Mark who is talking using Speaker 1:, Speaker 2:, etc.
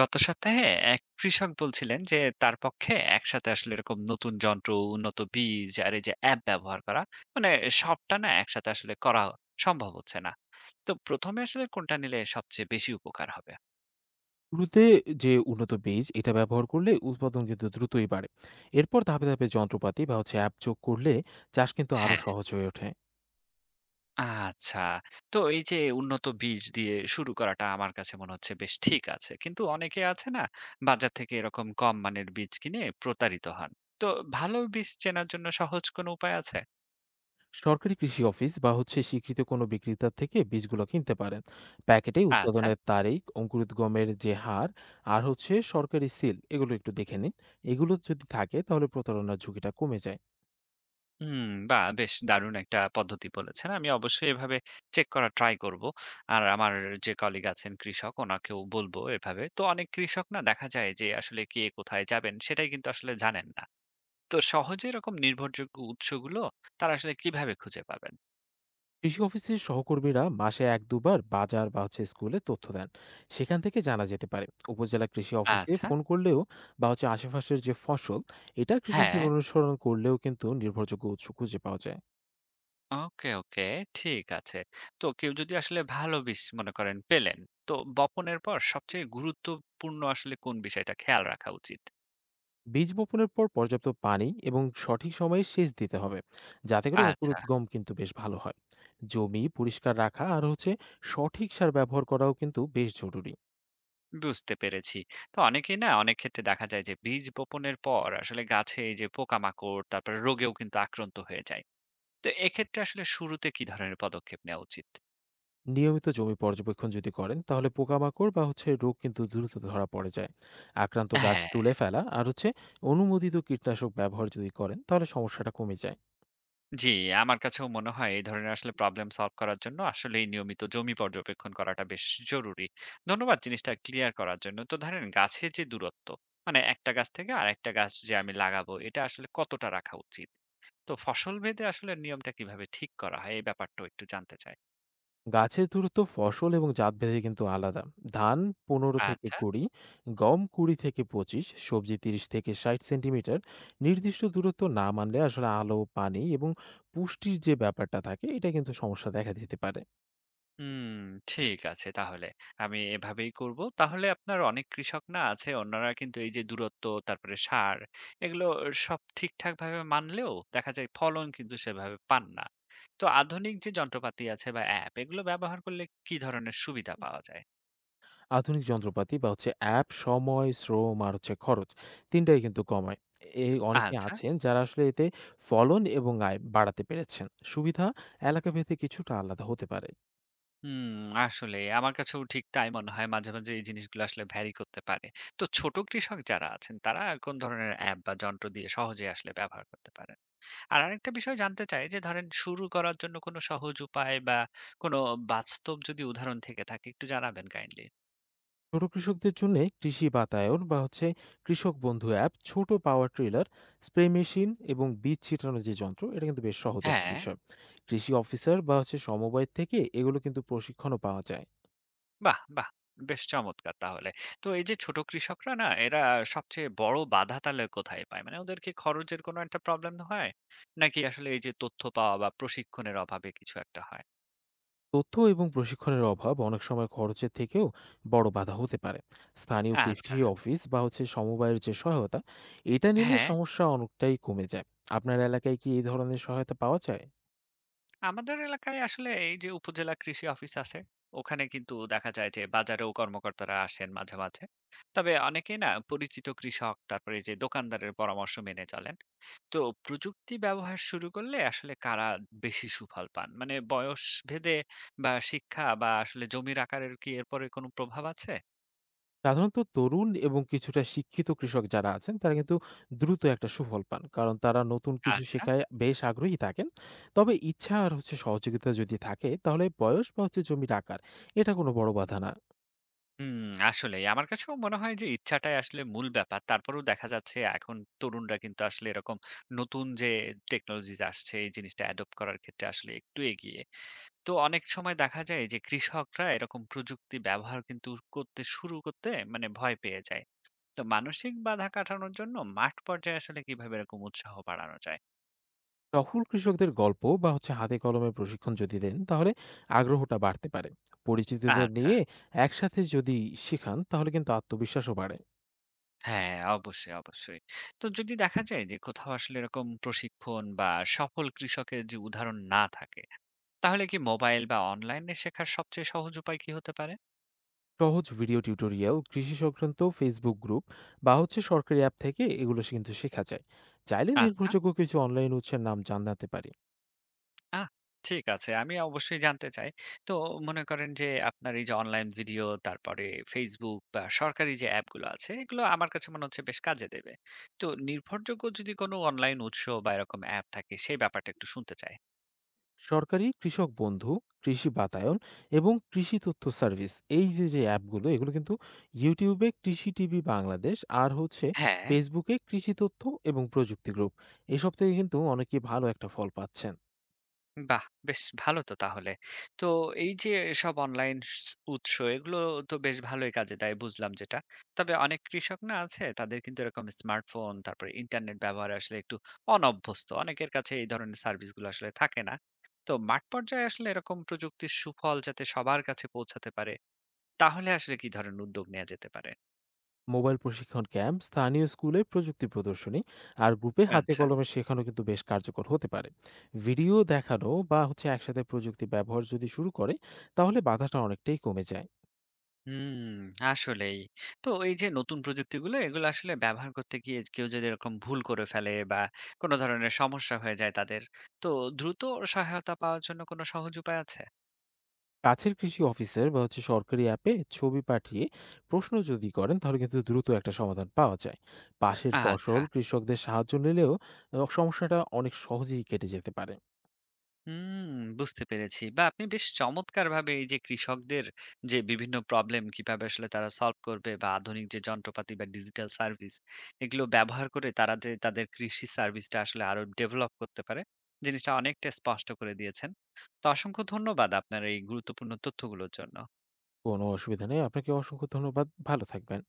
Speaker 1: গত সপ্তাহে এক কৃষক বলছিলেন যে তার পক্ষে একসাথে আসলে এরকম নতুন যন্ত্র উন্নত বীজ আর এই যে অ্যাপ ব্যবহার করা, মানে সবটা না একসাথে আসলে করা সম্ভব হচ্ছে না। তো প্রথমে আসলে কোনটা নিলে সবচেয়ে বেশি উপকার হবে?
Speaker 2: শুরুতে যে উন্নত বীজ এটা ব্যবহার করলে উৎপাদন কিন্তু দ্রুতই বাড়ে। এরপর ধাপে ধাপে যন্ত্রপাতি বা অ্যাপ যোগ করলে চাষ কিন্তু আরো
Speaker 1: হ্যাঁ,
Speaker 2: সহজ হয়ে ওঠে।
Speaker 1: আচ্ছা। তো এই যে উন্নত বীজ দিয়ে শুরু করাটা আমার কাছে মনে হচ্ছে বেশ ঠিক আছে, কিন্তু অনেকে আছে না বাজার থেকে এরকম কম মানের বীজ কিনে প্রতারিত হন। তো ভালো বীজ চেনার জন্য সহজ কোনো উপায় আছে?
Speaker 2: সরকারি কৃষি অফিস বা স্বীকৃত কোনো বিক্রেতার থেকে বীজগুলো কিনতে পারেন। প্যাকেটে
Speaker 1: আচ্ছা।
Speaker 2: উৎপাদনের তারিখ, অঙ্কুরোদ্গমের যে হার আর সরকারি সিল, এগুলো একটু দেখে নিন। এগুলো যদি থাকে তাহলে প্রতারণার ঝুঁকিটা কমে যায়।
Speaker 1: হুম, বাহ! বেশ দারুণ একটা পদ্ধতি বলেছেন। আমি অবশ্যই এভাবে চেক করা ট্রাই করব। আর আমার যে কলিগ আছেন কৃষক, ওনাকেও বলবো এভাবে। তো অনেক কৃষক না দেখা যায় যে আসলে কে কোথায় যাবেন সেটাই কিন্তু আসলে জানেন না। তো সহজে এরকম নির্ভরযোগ্য উৎসগুলো তারা আসলে কিভাবে খুঁজে পাবেন?
Speaker 2: কৃষি অফিসের সহকর্মীরা মাসে এক দুবার বাজার বা স্কুলে তথ্য দেন, সেখান থেকে জানা যেতে পারে। উপজেলা কৃষি অফিসে
Speaker 1: আচ্ছা,
Speaker 2: ফোন করলেও বা আশেপাশের যে ফসল, এটা
Speaker 1: হ্যাঁ।
Speaker 2: কৃষকদের অনুসরণ করলেও কিন্তু নির্ভরযোগ্য উৎস খুঁজে পাওয়া যায়।
Speaker 1: ওকে, ওকে, ঠিক আছে। তো কেউ যদি আসলে ভালো বীজ মনে করেন পেলেন, তো বপনের পর সবচেয়ে গুরুত্বপূর্ণ আসলে কোন বিষয়টা খেয়াল রাখা উচিত?
Speaker 2: বীজ বপনের পর পর্যাপ্ত পানি এবং সঠিক সময়ে সেচ দিতে হবে, যাতে করে
Speaker 1: আচ্ছা।
Speaker 2: অঙ্কুরোদ্গম কিন্তু বেশ ভালো হয়। জমি পরিষ্কার রাখা আর সঠিক সার ব্যবহার করাও কিন্তু বেশ জরুরি।
Speaker 1: বুঝতে পেরেছি। তো অনেকেই না অনেক ক্ষেত্রে দেখা যায় যে বীজ বপনের পর আসলে গাছে এই যে পোকামাকড় তারপরে রোগেও কিন্তু আক্রান্ত হয়ে যায়। তো এক্ষেত্রে আসলে শুরুতে কি ধরনের পদক্ষেপ নেওয়া উচিত?
Speaker 2: নিয়মিত জমি পর্যবেক্ষণ যদি করেন তাহলে পোকামাকড় বা রোগ কিন্তু দ্রুত ধরা পড়ে যায়। আক্রান্ত গাছ
Speaker 1: হ্যাঁ,
Speaker 2: তুলে ফেলা আর অনুমোদিত কীটনাশক ব্যবহার যদি করেন তাহলে সমস্যাটা কমে যায়।
Speaker 1: জি। আমার কাছেও মনে হয় এই ধরনের আসলে প্রবলেম সলভ করার জন্য আসলেই নিয়মিত জমি পর্যবেক্ষণ করাটা বেশ জরুরি। ধন্যবাদ জিনিসটা ক্লিয়ার করার জন্য। তো ধরেন গাছের যে দূরত্ব, মানে একটা গাছ থেকে আরেকটা গাছ যে আমি লাগাবো এটা আসলে কতটা রাখা উচিত? তো ফসল ভেদে আসলে নিয়মটা কিভাবে ঠিক করা হয় এই ব্যাপারটাও একটু জানতে চাই।
Speaker 2: গাছের দূরত্ব ফসল এবং জাত ভেদে কিন্তু আলাদা। ধান পনেরো থেকে
Speaker 1: আচ্ছা।
Speaker 2: কুড়ি, গম কুড়ি থেকে পঁচিশ, সবজি তিরিশ থেকে ষাট সেন্টিমিটার। নির্দিষ্ট দূরত্ব না মানলে আসলে আলো, পানি এবং পুষ্টির যে ব্যাপারটা থাকে, এটা কিন্তু সমস্যা দেখা দিতে পারে।
Speaker 1: হুম, ঠিক আছে তাহলে। আমি এভাবেই করব। তাহলে আপনার অনেক কৃষক না আছে, অন্যরা কিন্তু এই যে দূরত্ব, তারপরে সার, এগুলো সব ঠিকঠাকভাবে মানলেও দেখা যায় ফলন কিন্তু সেভাবে পান না। তো আধুনিক যে যন্ত্রপাতি আছে বা অ্যাপ এগুলো ব্যবহার করলে কি ধরনের সুবিধা পাওয়া যায়?
Speaker 2: আধুনিক যন্ত্রপাতি বা অ্যাপ সময়, শ্রম আর খরচ, ৩ টাই কিন্তু কমায়। এই অনেকে
Speaker 1: আচ্ছা।
Speaker 2: আছেন যারা আসলে এতে ফলন এবং আয় বাড়াতে পেরেছেন। সুবিধা এলাকাভেদে কিছুটা আলাদা হতে পারে।
Speaker 1: হুম, আসলে আমার কাছেও ঠিক তাই মনে হয়, মাঝে মাঝে এই জিনিসগুলো আসলে ভ্যারি করতে পারে। তো ছোট কৃষক যারা আছেন তারা কোন ধরনের অ্যাপ বা যন্ত্র দিয়ে সহজে আসলে ব্যবহার করতে পারেন? আর আরেকটা বিষয় জানতে চাই যে ধরেন শুরু করার জন্য কোনো সহজ উপায় বা কোনো বাস্তব যদি উদাহরণ থেকে থাকে একটু জানাবেন কাইন্ডলি।
Speaker 2: ছোট কৃষকদের জন্যে কৃষি বাতায়ন বা কৃষক বন্ধু অ্যাপ, ছোট পাওয়ার ট্রিলার, স্প্রে মেশিন এবং বীজ ছিটানোর যে যন্ত্র, এটা কিন্তু বেশ সহজ একটা
Speaker 1: হ্যাঁ,
Speaker 2: বিষয়। কৃষি অফিসার বা সমবায় থেকে এগুলো কিন্তু প্রশিক্ষণও পাওয়া যায়।
Speaker 1: বাহ! বাহ! বেশ চমৎকার তাহলে। তো এই যে ছোট কৃষকরা না এরা সবচেয়ে বড় বাধা তাহলে কোথায় পায়? মানে ওদের কি খরচের কোনো একটা প্রবলেম হয়? নাকি আসলে এই যে তথ্য পাওয়া বা প্রশিক্ষণের অভাবে কিছু একটা হয়?
Speaker 2: তথ্য এবং প্রশিক্ষণের অভাব অনেক সময় খরচের থেকেও বড় বাধা হতে পারে। স্থানীয়
Speaker 1: আচ্ছা,
Speaker 2: কৃষি অফিস বা সমবায়ের যে সহায়তা, এটা নিলে
Speaker 1: হ্যাঁ।
Speaker 2: সমস্যা অনেকটাই কমে যায়। আপনার এলাকায় কি এই ধরনের সহায়তা পাওয়া যায়?
Speaker 1: আমাদের এলাকায় আসলে এই যে উপজেলা কৃষি অফিস আছে, ওখানে কিন্তু দেখা যায় যে বাজারেও কর্মকর্তারা আসেন মাঝে মাঝে। তবে অনেকেই না পরিচিত কৃষক তারপরে এই যে দোকানদারের পরামর্শ মেনে চলেন। তো প্রযুক্তি ব্যবহার শুরু করলে আসলে কারা বেশি সুফল পান, মানে বয়স ভেদে বা শিক্ষা বা আসলে জমির আকারের কি এরপরে কোনো প্রভাব আছে?
Speaker 2: সাধারণত তরুণ এবং কিছুটা শিক্ষিত কৃষক যারা আছেন তারা কিন্তু দ্রুত একটা সুফল পান, কারণ তারা নতুন কিছু
Speaker 1: আচ্ছা।
Speaker 2: শেখায় বেশ আগ্রহী থাকেন। তবে ইচ্ছা আর সহযোগিতা যদি থাকে তাহলে বয়স বা জমির আকার, এটা কোনো বড় বাধা না।
Speaker 1: হুম, আসলেই। আমার কাছেও মনে হয় যে ইচ্ছাটাই আসলে মূল ব্যাপার। তারপরেও দেখা যাচ্ছে এখন তরুণরা কিন্তু আসলে এরকম নতুন যে টেকনোলজিস আসছে এই জিনিসটা অ্যাডপ্ট করার ক্ষেত্রে আসলে একটু এগিয়ে। তো অনেক সময় দেখা যায় যে কৃষকরা এরকম প্রযুক্তি ব্যবহার কিন্তু করতে শুরু করতে মানে ভয় পেয়ে যায়। তো মানসিক বাধা কাটানোর জন্য মাঠ পর্যায়ে আসলে কিভাবে এরকম উৎসাহ বাড়ানো যায়?
Speaker 2: সফল কৃষকদের গল্প বা হাতে কলমে প্রশিক্ষণ যদি দেন তাহলে আগ্রহটা বাড়তে পারে। পরিচিতদের
Speaker 1: আচ্ছা।
Speaker 2: নিয়ে একসাথে যদি শেখান তাহলে কিন্তু আত্মবিশ্বাসও বাড়ে।
Speaker 1: হ্যাঁ, অবশ্যই, অবশ্যই। তো যদি দেখা যায় যে কোথাও আসলে এরকম প্রশিক্ষণ বা সফল কৃষকের যে উদাহরণ না থাকে, তাহলে কি মোবাইল বা অনলাইনে শেখার সবচেয়ে সহজ উপায় কি হতে পারে?
Speaker 2: সহজ ভিডিও টিউটোরিয়াল, কৃষি সংক্রান্ত ফেসবুক গ্রুপ বা সরকারি অ্যাপ থেকে এগুলো কিন্তু শেখা যায়। চাইলে
Speaker 1: আচ্ছা,
Speaker 2: নির্ভরযোগ্য কিছু অনলাইন উৎসের নাম জানাতে পারি।
Speaker 1: আহ ঠিক আছে। আমি অবশ্যই জানতে চাই। তো মনে করেন যে আপনার এই যে অনলাইন ভিডিও, তারপরে Facebook বা সরকারি যে অ্যাপগুলো আছে, এগুলো আমার কাছে মনে হচ্ছে বেশ কাজে দেবে। তো নির্ভরযোগ্য যদি কোনো অনলাইন উৎস বা এরকম অ্যাপ থাকে, সেই ব্যাপারটা একটু শুনতে চাই।
Speaker 2: সরকারি কৃষক বন্ধু, কৃষি বাতায়ন এবং কৃষি তথ্য সার্ভিস, এই যে যে অ্যাপগুলো এগুলো কিন্তু, ইউটিউবে কৃষি টিভি বাংলাদেশ আর
Speaker 1: হ্যাঁ।
Speaker 2: ফেসবুকে কৃষি তথ্য এবং প্রযুক্তি গ্রুপ, এসব থেকে কিন্তু অনেকেই ভালো একটা ফল পাচ্ছেন।
Speaker 1: বাহ! বেশ ভালো তো তাহলে। তো এই যে সব অনলাইন স উৎস এগুলো তো বেশ ভালোই কাজে দেয় বুঝলাম যেটা। তবে অনেক কৃষক না আছে তাদের কিন্তু এরকম স্মার্টফোন তারপরে ইন্টারনেট ব্যবহারে আসলে একটু অনভ্যস্ত। অনেকের কাছে এই ধরনের সার্ভিসগুলো আসলে থাকে না। তো মাঠ পর্যায়ে আসলে এরকম প্রযুক্তির সুফল যাতে সবার কাছে পৌঁছাতে পারে, তাহলে আসলে কি ধরনের উদ্যোগ নেয়া যেতে পারে?
Speaker 2: মোবাইল প্রশিক্ষণ ক্যাম্প, স্থানীয় স্কুলে প্রযুক্তি প্রদর্শনী আর গ্রুপে হাতে
Speaker 1: আচ্ছা।
Speaker 2: কলমে শেখানো কিন্তু বেশ কার্যকর হতে পারে। ভিডিও দেখানো বা একসাথে প্রযুক্তি ব্যবহার যদি শুরু করে তাহলে বাধাটা অনেকটাই কমে যায়।
Speaker 1: হুম, আসলেই। তো এই যে নতুন প্রযুক্তিগুলো এগুলো আসলে ব্যবহার করতে গিয়ে কেউ যদি এরকম ভুল করে ফেলে বা কোন ধরনের সমস্যা হয়ে যায় তাদের, তো দ্রুত সহায়তা পাওয়ার জন্য কোন সহজ উপায় আছে?
Speaker 2: কাছের কৃষি অফিসের বা সরকারি অ্যাপে ছবি পাঠিয়ে প্রশ্ন যদি করেন তাহলে কিন্তু দ্রুত একটা সমাধান পাওয়া যায়। পাশের
Speaker 1: আচ্ছা।
Speaker 2: ফসল কৃষকদের সাহায্য নিলেও সমস্যাটা অনেক সহজেই কেটে যেতে পারে।
Speaker 1: হুম, বুঝতে পেরেছি। বা আপনি বেশ চমৎকারভাবে এই যে কৃষকদের যে বিভিন্ন প্রবলেম কিভাবে আসলে তারা সলভ করবে বা আধুনিক যে যন্ত্রপাতি বা ডিজিটাল সার্ভিস এগুলো ব্যবহার করে তারা যে তাদের কৃষি সার্ভিসটা আসলে আরো ডেভেলপ করতে পারে, জিনিসটা অনেকটা স্পষ্ট করে দিয়েছেন। তো অসংখ্য ধন্যবাদ আপনার এই গুরুত্বপূর্ণ তথ্যগুলোর জন্য।
Speaker 2: কোনো অসুবিধা নেই, আপনাকে অসংখ্য ধন্যবাদ, ভালো থাকবেন।